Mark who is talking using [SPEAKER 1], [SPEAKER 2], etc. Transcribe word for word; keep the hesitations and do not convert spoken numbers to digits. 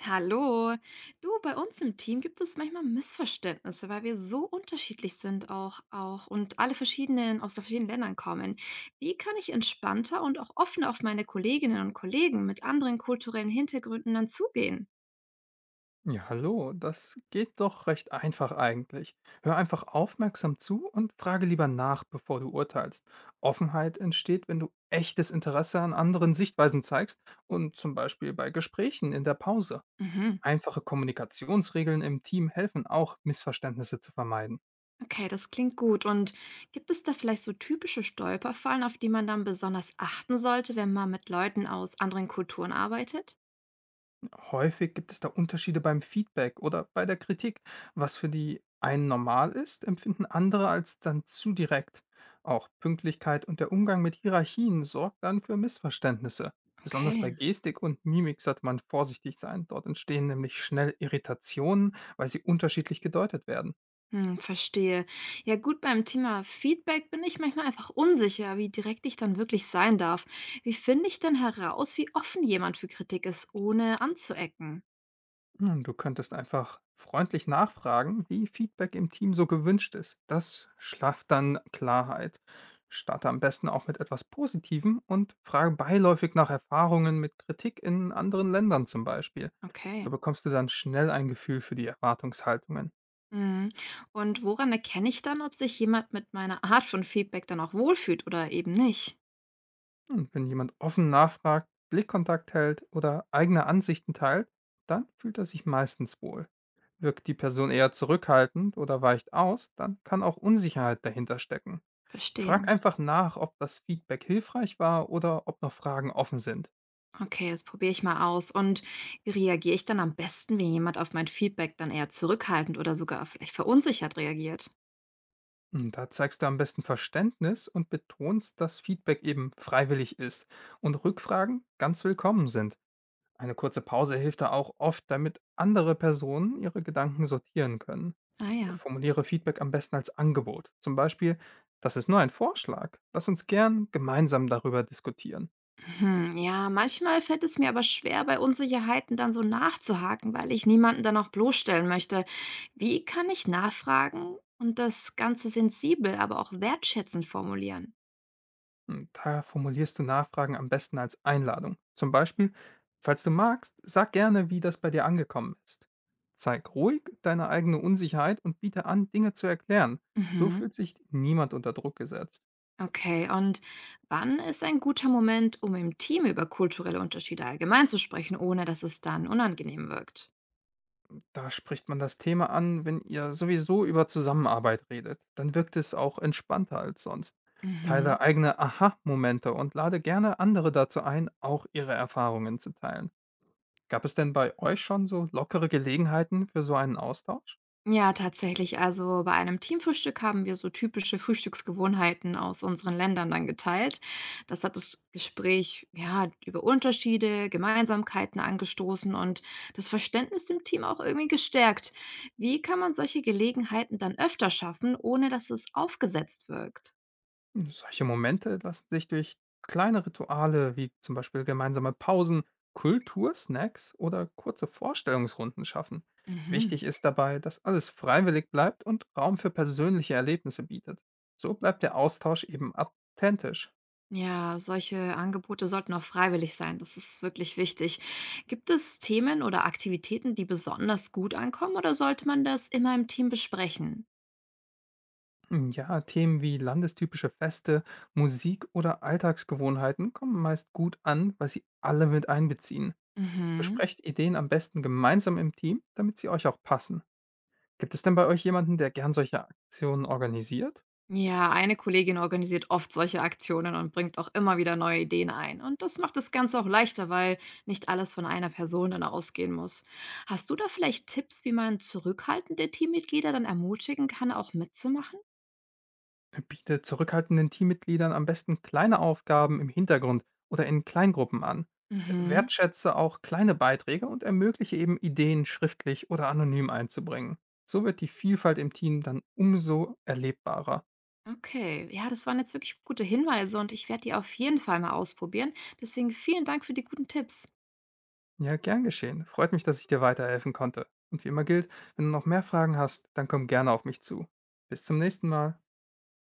[SPEAKER 1] Hallo. Du, bei uns im Team gibt es manchmal Missverständnisse, weil wir so unterschiedlich sind auch, auch und alle verschiedenen aus verschiedenen Ländern kommen. Wie kann ich entspannter und auch offener auf meine Kolleginnen und Kollegen mit anderen kulturellen Hintergründen dann zugehen?
[SPEAKER 2] Ja, hallo, das geht doch recht einfach eigentlich. Hör einfach aufmerksam zu und frage lieber nach, bevor du urteilst. Offenheit entsteht, wenn du echtes Interesse an anderen Sichtweisen zeigst und zum Beispiel bei Gesprächen in der Pause.
[SPEAKER 1] Mhm.
[SPEAKER 2] Einfache Kommunikationsregeln im Team helfen auch, Missverständnisse zu vermeiden.
[SPEAKER 1] Okay, das klingt gut. Und gibt es da vielleicht so typische Stolperfallen, auf die man dann besonders achten sollte, wenn man mit Leuten aus anderen Kulturen arbeitet?
[SPEAKER 2] Häufig gibt es da Unterschiede beim Feedback oder bei der Kritik. Was für die einen normal ist, empfinden andere als dann zu direkt. Auch Pünktlichkeit und der Umgang mit Hierarchien sorgt dann für Missverständnisse. Besonders
[SPEAKER 1] Okay.
[SPEAKER 2] bei Gestik und Mimik sollte man vorsichtig sein. Dort entstehen nämlich schnell Irritationen, weil sie unterschiedlich gedeutet werden.
[SPEAKER 1] Hm, verstehe. Ja gut, beim Thema Feedback bin ich manchmal einfach unsicher, wie direkt ich dann wirklich sein darf. Wie finde ich denn heraus, wie offen jemand für Kritik ist, ohne anzuecken?
[SPEAKER 2] Nun, du könntest einfach freundlich nachfragen, wie Feedback im Team so gewünscht ist. Das schafft dann Klarheit. Starte am besten auch mit etwas Positivem und frage beiläufig nach Erfahrungen mit Kritik in anderen Ländern zum Beispiel.
[SPEAKER 1] Okay.
[SPEAKER 2] So bekommst du dann schnell ein Gefühl für die Erwartungshaltungen.
[SPEAKER 1] Mhm. Und woran erkenne ich dann, ob sich jemand mit meiner Art von Feedback dann auch wohlfühlt oder eben nicht?
[SPEAKER 2] Und wenn jemand offen nachfragt, Blickkontakt hält oder eigene Ansichten teilt, dann fühlt er sich meistens wohl. Wirkt die Person eher zurückhaltend oder weicht aus, dann kann auch Unsicherheit dahinter stecken.
[SPEAKER 1] Verstehe.
[SPEAKER 2] Frag einfach nach, ob das Feedback hilfreich war oder ob noch Fragen offen sind.
[SPEAKER 1] Okay, das probiere ich mal aus. Und wie reagiere ich dann am besten, wenn jemand auf mein Feedback dann eher zurückhaltend oder sogar vielleicht verunsichert reagiert?
[SPEAKER 2] Und Da zeigst du am besten Verständnis und betonst, dass Feedback eben freiwillig ist und Rückfragen ganz willkommen sind. Eine kurze Pause hilft da auch oft, damit andere Personen ihre Gedanken sortieren können.
[SPEAKER 1] Ah ja.
[SPEAKER 2] Formuliere Feedback am besten als Angebot. Zum Beispiel, das ist nur ein Vorschlag. Lass uns gern gemeinsam darüber diskutieren.
[SPEAKER 1] Hm, ja, manchmal fällt es mir aber schwer, bei Unsicherheiten dann so nachzuhaken, weil ich niemanden dann auch bloßstellen möchte. Wie kann ich nachfragen und das Ganze sensibel, aber auch wertschätzend formulieren?
[SPEAKER 2] Da formulierst du Nachfragen am besten als Einladung. Zum Beispiel, falls du magst, sag gerne, wie das bei dir angekommen ist. Zeig ruhig deine eigene Unsicherheit und biete an, Dinge zu erklären. So
[SPEAKER 1] Mhm.
[SPEAKER 2] fühlt sich niemand unter Druck gesetzt.
[SPEAKER 1] Okay, und wann ist ein guter Moment, um im Team über kulturelle Unterschiede allgemein zu sprechen, ohne dass es dann unangenehm wirkt?
[SPEAKER 2] Da spricht man das Thema an, wenn ihr sowieso über Zusammenarbeit redet. Dann wirkt es auch entspannter als sonst.
[SPEAKER 1] Mhm.
[SPEAKER 2] Teile eigene Aha-Momente und lade gerne andere dazu ein, auch ihre Erfahrungen zu teilen. Gab es denn bei euch schon so lockere Gelegenheiten für so einen Austausch?
[SPEAKER 1] Ja, tatsächlich. Also bei einem Teamfrühstück haben wir so typische Frühstücksgewohnheiten aus unseren Ländern dann geteilt. Das hat das Gespräch ja über Unterschiede, Gemeinsamkeiten angestoßen und das Verständnis im Team auch irgendwie gestärkt. Wie kann man solche Gelegenheiten dann öfter schaffen, ohne dass es aufgesetzt wirkt?
[SPEAKER 2] Solche Momente lassen sich durch kleine Rituale wie zum Beispiel gemeinsame Pausen, Kultursnacks oder kurze Vorstellungsrunden schaffen.
[SPEAKER 1] Mhm.
[SPEAKER 2] Wichtig ist dabei, dass alles freiwillig bleibt und Raum für persönliche Erlebnisse bietet. So bleibt der Austausch eben authentisch.
[SPEAKER 1] Ja, solche Angebote sollten auch freiwillig sein. Das ist wirklich wichtig. Gibt es Themen oder Aktivitäten, die besonders gut ankommen, oder sollte man das immer im Team besprechen?
[SPEAKER 2] Hm, Ja, Themen wie landestypische Feste, Musik oder Alltagsgewohnheiten kommen meist gut an, weil sie alle mit einbeziehen.
[SPEAKER 1] Mhm.
[SPEAKER 2] Besprecht Ideen am besten gemeinsam im Team, damit sie euch auch passen. Gibt es denn bei euch jemanden, der gern solche Aktionen organisiert?
[SPEAKER 1] Ja, eine Kollegin organisiert oft solche Aktionen und bringt auch immer wieder neue Ideen ein. Und das macht das Ganze auch leichter, weil nicht alles von einer Person dann ausgehen muss. Hast du da vielleicht Tipps, wie man zurückhaltende Teammitglieder dann ermutigen kann, auch mitzumachen?
[SPEAKER 2] Biete zurückhaltenden Teammitgliedern am besten kleine Aufgaben im Hintergrund oder in Kleingruppen an.
[SPEAKER 1] Mhm.
[SPEAKER 2] Wertschätze auch kleine Beiträge und ermögliche eben Ideen schriftlich oder anonym einzubringen. So wird die Vielfalt im Team dann umso erlebbarer.
[SPEAKER 1] Okay, ja, das waren jetzt wirklich gute Hinweise und ich werde die auf jeden Fall mal ausprobieren. Deswegen vielen Dank für die guten Tipps.
[SPEAKER 2] Ja, gern geschehen. Freut mich, dass ich dir weiterhelfen konnte. Und wie immer gilt, wenn du noch mehr Fragen hast, dann komm gerne auf mich zu. Bis zum nächsten Mal.